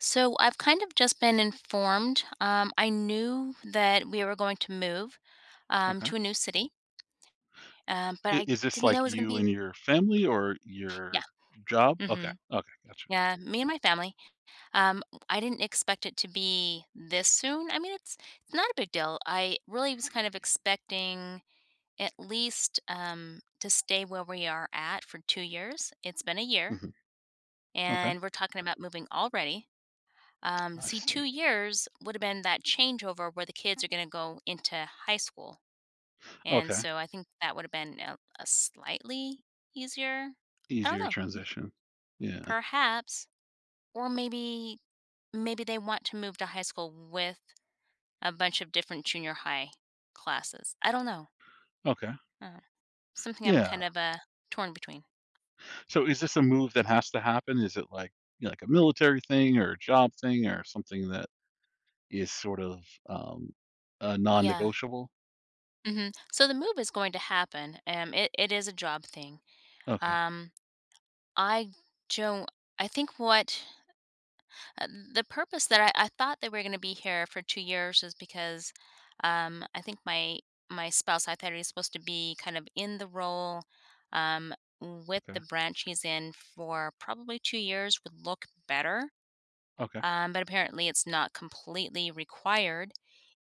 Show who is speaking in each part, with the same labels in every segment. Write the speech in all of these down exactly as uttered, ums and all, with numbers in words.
Speaker 1: So I've kind of just been informed. Um, I knew that we were going to move um,
Speaker 2: Okay.
Speaker 1: to a new city, um, but
Speaker 2: I
Speaker 1: I
Speaker 2: Is this,
Speaker 1: didn't know
Speaker 2: like,
Speaker 1: it was going to
Speaker 2: you
Speaker 1: be.
Speaker 2: and your family or
Speaker 1: Yeah.
Speaker 2: your job? Okay,
Speaker 1: hmm
Speaker 2: okay, gotcha.
Speaker 1: Yeah, me and my family. Um, I didn't expect it to be this soon. I mean, it's it's not a big deal. I really was kind of expecting at least um, to stay where we are at for two years. It's been a year,
Speaker 2: Mhm. Okay,
Speaker 1: and we're talking about moving already. Um,
Speaker 2: I
Speaker 1: see,
Speaker 2: see.
Speaker 1: two years would have been that changeover where the kids are going to go into high school. And
Speaker 2: Okay,
Speaker 1: so I think that would have been a, a slightly easier, I
Speaker 2: easier
Speaker 1: don't know,
Speaker 2: transition. Yeah,
Speaker 1: perhaps, or maybe, maybe they want to move to high school with a bunch of different junior high classes. I don't know.
Speaker 2: okay,
Speaker 1: Uh, Something I'm
Speaker 2: yeah.
Speaker 1: kind of uh, torn between.
Speaker 2: So is this a move that has to happen? Is it, like, you know, like a military thing or a job thing or something that is sort of, um, uh,
Speaker 1: Yeah.
Speaker 2: non-negotiable?
Speaker 1: hmm So the move is going to happen. Um, it, it is a job thing.
Speaker 2: Okay,
Speaker 1: Um, I don't. I think what Uh, the purpose that I, I thought they were going to be here for two years is because um, I think my my spouse, I thought he was supposed to be kind of in the role um, with the
Speaker 2: okay,
Speaker 1: branch he's in for probably two years would look better,
Speaker 2: okay.
Speaker 1: um, but apparently it's not completely required.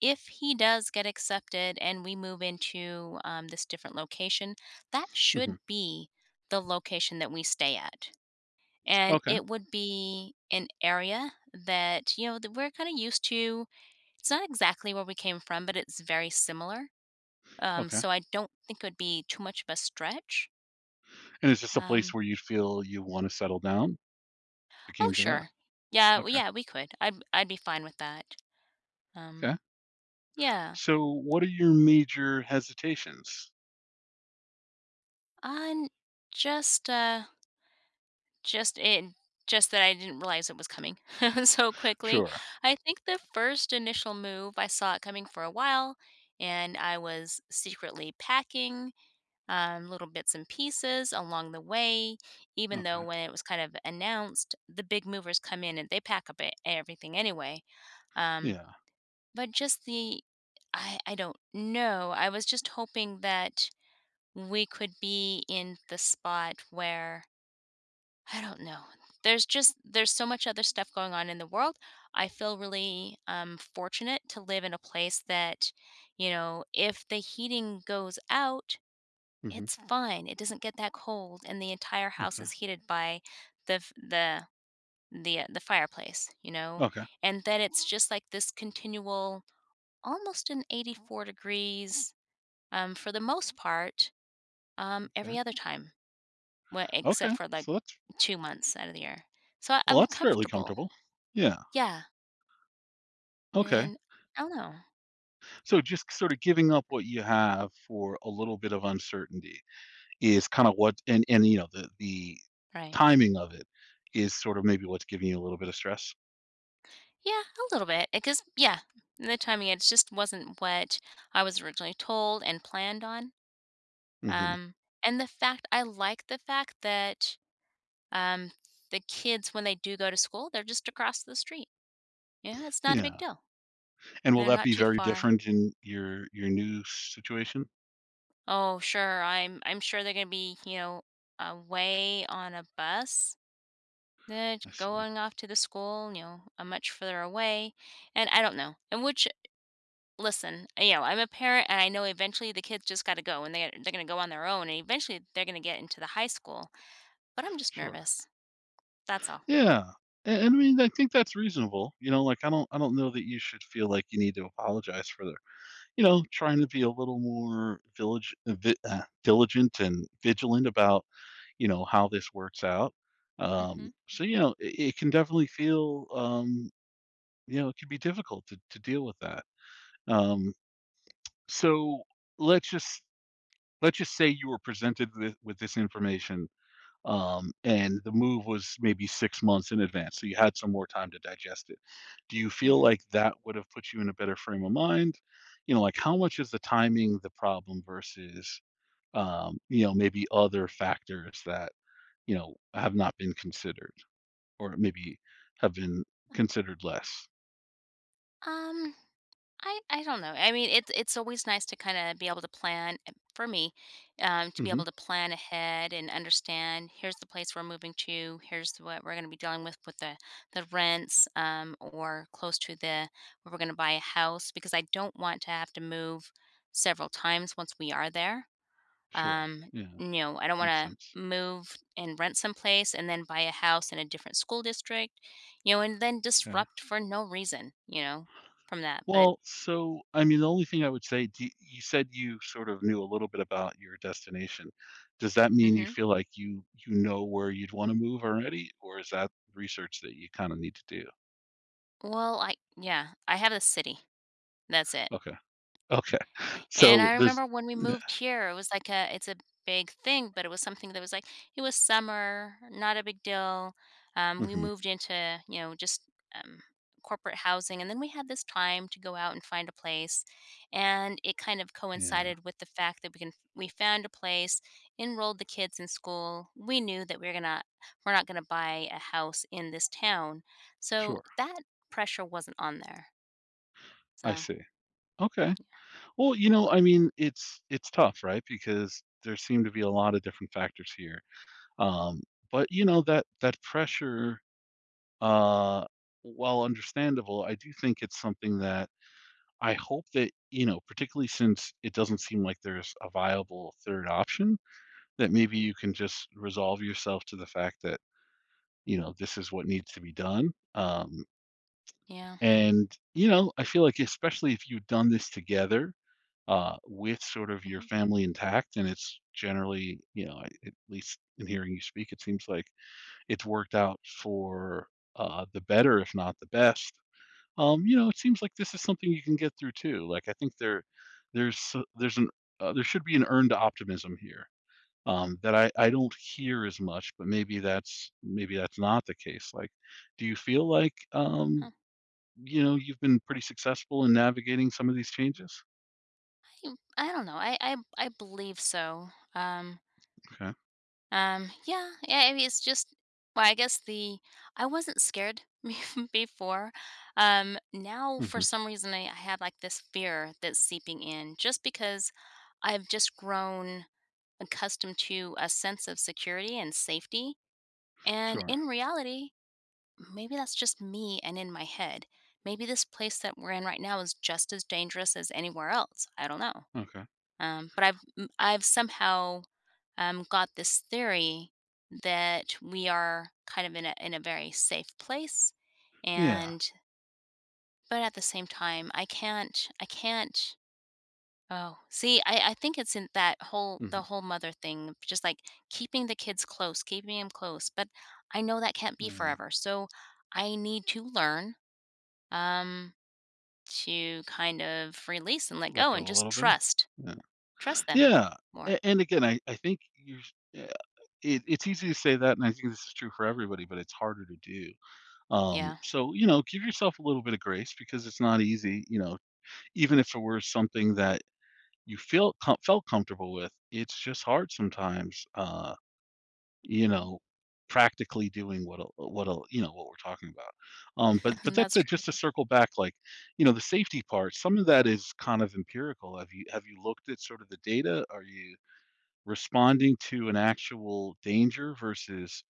Speaker 1: If he does get accepted and we move into um, this different location, that should
Speaker 2: Mhm.
Speaker 1: be the location that we stay at, and
Speaker 2: Okay,
Speaker 1: it would be an area that, you know, that we're kind of used to. It's not exactly where we came from, but it's very similar. Um,
Speaker 2: okay.
Speaker 1: so I don't think it would be too much of a stretch.
Speaker 2: And is this a
Speaker 1: Um,
Speaker 2: place where you feel you wanna settle down? If it
Speaker 1: oh
Speaker 2: came to that?
Speaker 1: sure, yeah, w-
Speaker 2: Okay,
Speaker 1: yeah, we could. I'd I'd be fine with that. Um,
Speaker 2: okay.
Speaker 1: yeah,
Speaker 2: So what are your major hesitations?
Speaker 1: on just uh, just it just that I didn't realize it was coming so quickly.
Speaker 2: Sure.
Speaker 1: I think the first initial move I saw it coming for a while, and I was secretly packing um, little bits and pieces along the way. Even though
Speaker 2: Okay.
Speaker 1: when it was kind of announced, the big movers come in and they pack up e- everything anyway. Um,
Speaker 2: Yeah.
Speaker 1: but just the, I, I don't know. I was just hoping that we could be in the spot where, I don't know. There's just, there's so much other stuff going on in the world. I feel really um, fortunate to live in a place that, you know, if the heating goes out,
Speaker 2: Mhm.
Speaker 1: it's fine, it doesn't get that cold, and the entire house
Speaker 2: Okay.
Speaker 1: is heated by the f the the, uh, the fireplace, you know,
Speaker 2: Okay.
Speaker 1: and then it's just like this continual almost an eighty-four degrees, um, for the most part, um,
Speaker 2: Okay.
Speaker 1: every other time, we except
Speaker 2: Okay.
Speaker 1: for, like,
Speaker 2: So that's
Speaker 1: two months out of the year. So, I,
Speaker 2: well,
Speaker 1: I'm
Speaker 2: that's fairly
Speaker 1: comfortable.
Speaker 2: comfortable. Yeah.
Speaker 1: Yeah,
Speaker 2: Okay.
Speaker 1: and I don't know.
Speaker 2: So just sort of giving up what you have for a little bit of uncertainty is kind of what, and and you know the the
Speaker 1: Right.
Speaker 2: timing of it is sort of maybe what's giving you a little bit of stress.
Speaker 1: Yeah, a little bit, because yeah, the timing, it just wasn't what I was originally told and planned on.
Speaker 2: Hmm.
Speaker 1: Um, and the fact, I like the fact that, um, the kids, when they do go to school, they're just across the street. You know, it's not a big
Speaker 2: Yeah.
Speaker 1: deal.
Speaker 2: And will
Speaker 1: They're
Speaker 2: that
Speaker 1: not
Speaker 2: be
Speaker 1: too
Speaker 2: very
Speaker 1: far.
Speaker 2: different in your your new situation?
Speaker 1: Oh, sure. I'm I'm sure they're gonna be, you know, away on a bus that
Speaker 2: I see.
Speaker 1: going off to the school, you know, uh, much further away. And I don't know. And which, listen, you know, I'm a parent and I know eventually the kids just got to go and they, they're going to go on their own and eventually they're going to get into the high school. But I'm just
Speaker 2: Sure.
Speaker 1: nervous. That's all.
Speaker 2: Yeah, and and I mean, I think that's reasonable, you know, like, I don't I don't know that you should feel like you need to apologize for the, you know, trying to be a little more village uh, vi uh, diligent and vigilant about, you know, how this works out.
Speaker 1: Mm-hmm.
Speaker 2: Um, so, you know, it it can definitely feel, um, you know, it can be difficult to to deal with that. Um, so let's just let's just say you were presented with with this information. Um, and the move was maybe six months in advance, so you had some more time to digest it. Do you feel
Speaker 1: Mm-hmm.
Speaker 2: like that would have put you in a better frame of mind? You know, like, how much is the timing the problem versus, um, you know, maybe other factors that, you know, have not been considered, or maybe have been considered less?
Speaker 1: Um, I I don't know. I mean, it's it's always nice to kind of be able to plan uh, for me, um, to be
Speaker 2: Mhm.
Speaker 1: able to plan ahead and understand. Here's the place we're moving to. Here's what we're going to be dealing with with the the rents, um, or close to the where we're going to buy a house, because I don't want to have to move several times once we are there,
Speaker 2: Sure.
Speaker 1: um,
Speaker 2: Yeah,
Speaker 1: you know, I don't want
Speaker 2: makes sense. sense.
Speaker 1: to move and rent someplace and then buy a house in a different school district, you know, and then
Speaker 2: 'Kay.
Speaker 1: disrupt for no reason, you know, from that. But,
Speaker 2: Well, so, I mean, the only thing I would say, do you said you sort of knew a little bit about your destination. Does that mean you
Speaker 1: hmm
Speaker 2: feel like you you know where you'd wanna move already, or is that research that you kinda need to do?
Speaker 1: well, I, yeah, I have a city. That's it.
Speaker 2: Okay, okay.
Speaker 1: Eh, and I
Speaker 2: So there's
Speaker 1: remember when we
Speaker 2: Yeah,
Speaker 1: moved here, it was like a it's a big thing, but it was something that was like it was summer, not a big deal. Um, we
Speaker 2: mhm,
Speaker 1: moved into, you know, just um, corporate housing, and then we had this time to go out and find a place, and it kind of
Speaker 2: yeah,
Speaker 1: coincided with the fact that we can we found a place, enrolled the kids in school. We knew that we are gonna we're not gonna buy a house in this town, so
Speaker 2: sure,
Speaker 1: that pressure wasn't on there.
Speaker 2: I
Speaker 1: So
Speaker 2: see. Okay. Well, you know, I mean, it's it's tough, right, because there seem to be a lot of different factors here. Um, but, you know, that that pressure, Uh, while understandable, I do think it's something that I hope that, you know, particularly since it doesn't seem like there's a viable third option, that maybe you can just resolve yourself to the fact that, you know, this is what needs to be done. Um,
Speaker 1: yeah.
Speaker 2: and, you know, I feel like, especially if you've done this together uh, with sort of your
Speaker 1: hmm
Speaker 2: family intact, and it's generally, you know, I- at least in hearing you speak, it seems like it's worked out for uh, the better, if not the best. Um, you know, it seems like this is something you can get through too. Like, I think there, there's s- there's an uh, there should be an earned optimism here, um, that I I don't hear as much, but maybe that's maybe that's not the case. Like, do you feel like, um, you know, you've been pretty successful in navigating some of these changes?
Speaker 1: Mm, I don't know. I I I believe so. Um,
Speaker 2: Okay.
Speaker 1: um, yeah, yeah. I mean, it's just. Well, I guess the I wasn't scared bef- before. Um, now for
Speaker 2: Hmm.
Speaker 1: some reason I, I have like this fear that's seeping in, just because I've just grown accustomed to a sense of security and safety. And
Speaker 2: Sure.
Speaker 1: in reality, maybe that's just me and in my head. Maybe this place that we're in right now is just as dangerous as anywhere else. I don't know.
Speaker 2: Okay.
Speaker 1: Um, but I've m- I've somehow um, got this theory that we are kind of in a in a very safe place,
Speaker 2: Yeah.
Speaker 1: and but at the same time, I can't I can't. Oh, see, I, I think it's in that whole the
Speaker 2: Hmm.
Speaker 1: whole mother thing, just like keeping the kids close, keeping them close. But I know that can't be
Speaker 2: Yeah.
Speaker 1: forever, so I need to learn um, to kind of release and let
Speaker 2: Let
Speaker 1: go and
Speaker 2: go a
Speaker 1: just
Speaker 2: little bit.
Speaker 1: trust
Speaker 2: Yeah.
Speaker 1: trust them
Speaker 2: Yeah,
Speaker 1: more.
Speaker 2: a and again, I I think you sh yeah, it it's easy to say that, and I think this is true for everybody, but it's harder to do. Um,
Speaker 1: Yeah.
Speaker 2: so, you know, give yourself a little bit of grace, because it's not easy, you know, even if it were something that you feel com felt comfortable with, it's just hard sometimes, uh, you know, practically doing what a what a you know, what we're talking about. Um, but
Speaker 1: Mhm,
Speaker 2: but
Speaker 1: that's
Speaker 2: that's it,
Speaker 1: true.
Speaker 2: just to circle back, like, you know, the safety part, some of that is kind of empirical. Have you have you looked at sort of the data? Are you responding to an actual danger, versus,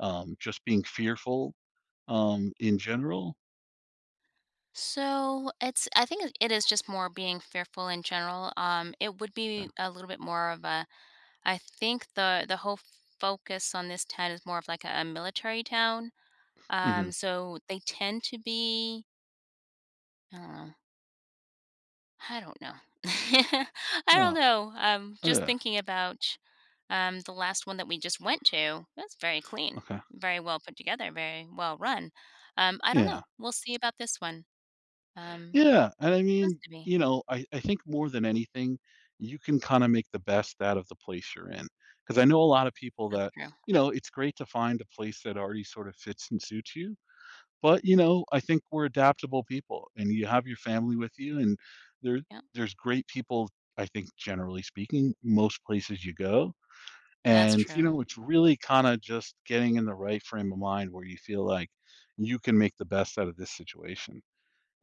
Speaker 2: um, just being fearful, um, in general?
Speaker 1: So it's I think it it is just more being fearful in general. Um, it would
Speaker 2: Yeah.
Speaker 1: be a little bit more of a I think the the whole focus on this town is more of like a, a military town.
Speaker 2: Mhm.
Speaker 1: Um, so they tend to be I don't know. I don't know. I don't
Speaker 2: Oh,
Speaker 1: know. Um, just
Speaker 2: yeah,
Speaker 1: thinking about um the last one that we just went to. That's very clean,
Speaker 2: okay.
Speaker 1: very well put together, very well run. Um, I don't
Speaker 2: Yeah.
Speaker 1: know. We'll see about this one. Um,
Speaker 2: Yeah, and I
Speaker 1: Tends
Speaker 2: mean,
Speaker 1: to be.
Speaker 2: you know, I I think more than anything, you can kinda make the best out of the place you're in, in. Because I know a lot of people
Speaker 1: That's
Speaker 2: that,
Speaker 1: true.
Speaker 2: you know, it's great to find a place that already sort of fits and suits you. But, you know, I think we're adaptable people, and you have your family with you, and there
Speaker 1: Yep,
Speaker 2: there's great people, I think, generally speaking, most places you go,
Speaker 1: that's
Speaker 2: and, you
Speaker 1: true.
Speaker 2: know, it's really kinda just getting in the right frame of mind where you feel like you can make the best out of this situation.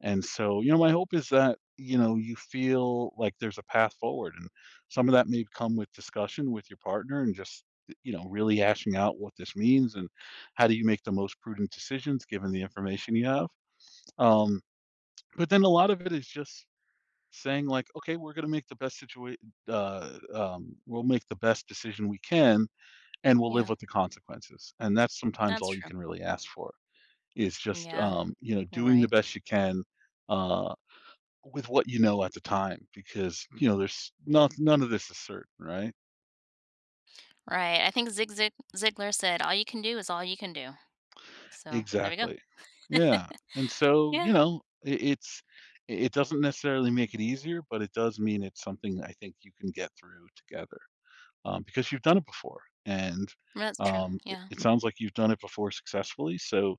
Speaker 2: And so, you know, my hope is that, you know, you feel like there's a path forward. And some of that may come with discussion with your partner, and just, you know, really hashing out what this means, and how do you make the most prudent decisions given the information you have. Um, but then a lot of it is just saying, like, okay, we're going to make the best situation, uh, um, we'll make the best decision we can, and we'll live
Speaker 1: Yeah,
Speaker 2: with the consequences. And that's sometimes
Speaker 1: that's
Speaker 2: all you
Speaker 1: true.
Speaker 2: can really ask for, is just,
Speaker 1: Yeah,
Speaker 2: um, you know,
Speaker 1: you're
Speaker 2: doing the
Speaker 1: right.
Speaker 2: best you can uh, with what you know at the time, because, you know, there's not none of this is certain, right?
Speaker 1: Right. I think Zig Zig Ziglar said, "All you can do is all you can do." So there we go.
Speaker 2: Exactly. Yeah, and so,
Speaker 1: Yeah,
Speaker 2: you know, it it's i it doesn't necessarily make it easier, but it does mean it's something I think you can get through together, um, because you've done it before, and,
Speaker 1: that's true.
Speaker 2: um, it
Speaker 1: Yeah,
Speaker 2: it sounds like you've done it before successfully, so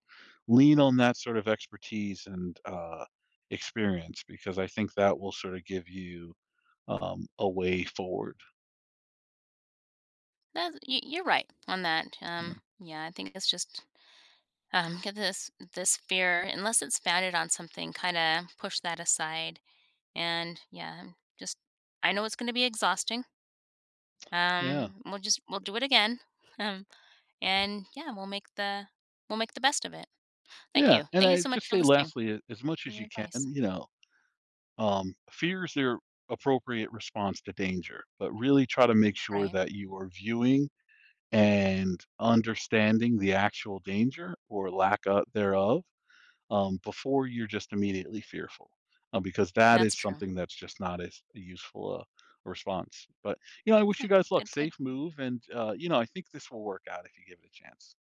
Speaker 2: lean on that sort of expertise and, uh, experience, because I think that will sort of give you, um, a way forward.
Speaker 1: that's you, you're right on that.
Speaker 2: Yeah.
Speaker 1: Um, yeah, I think it's just um, get this this fear, unless it's founded on something, kind of push that aside. And yeah, um, just I know it's going to be exhausting.
Speaker 2: Yeah.
Speaker 1: Um, we'll just we'll do it again. Um, and yeah, we'll make the we'll make the best of it. Thank
Speaker 2: Yeah,
Speaker 1: you.
Speaker 2: and
Speaker 1: Thank you
Speaker 2: I
Speaker 1: so much
Speaker 2: just
Speaker 1: for
Speaker 2: say
Speaker 1: listening.
Speaker 2: lastly, a as much as
Speaker 1: Your
Speaker 2: you can,
Speaker 1: advice,
Speaker 2: you know, um, fear is their appropriate response to danger, but really try to make sure
Speaker 1: right?
Speaker 2: that you are viewing and understanding the actual danger, or lack o thereof, um, before you're just immediately fearful, uh, because that
Speaker 1: That's
Speaker 2: is
Speaker 1: true.
Speaker 2: something that's just not as useful, uh, a response. But, you know, I wish
Speaker 1: Yeah,
Speaker 2: you guys luck,
Speaker 1: good point.
Speaker 2: safe move, and, uh, you know, I think this will work out if you give it a chance.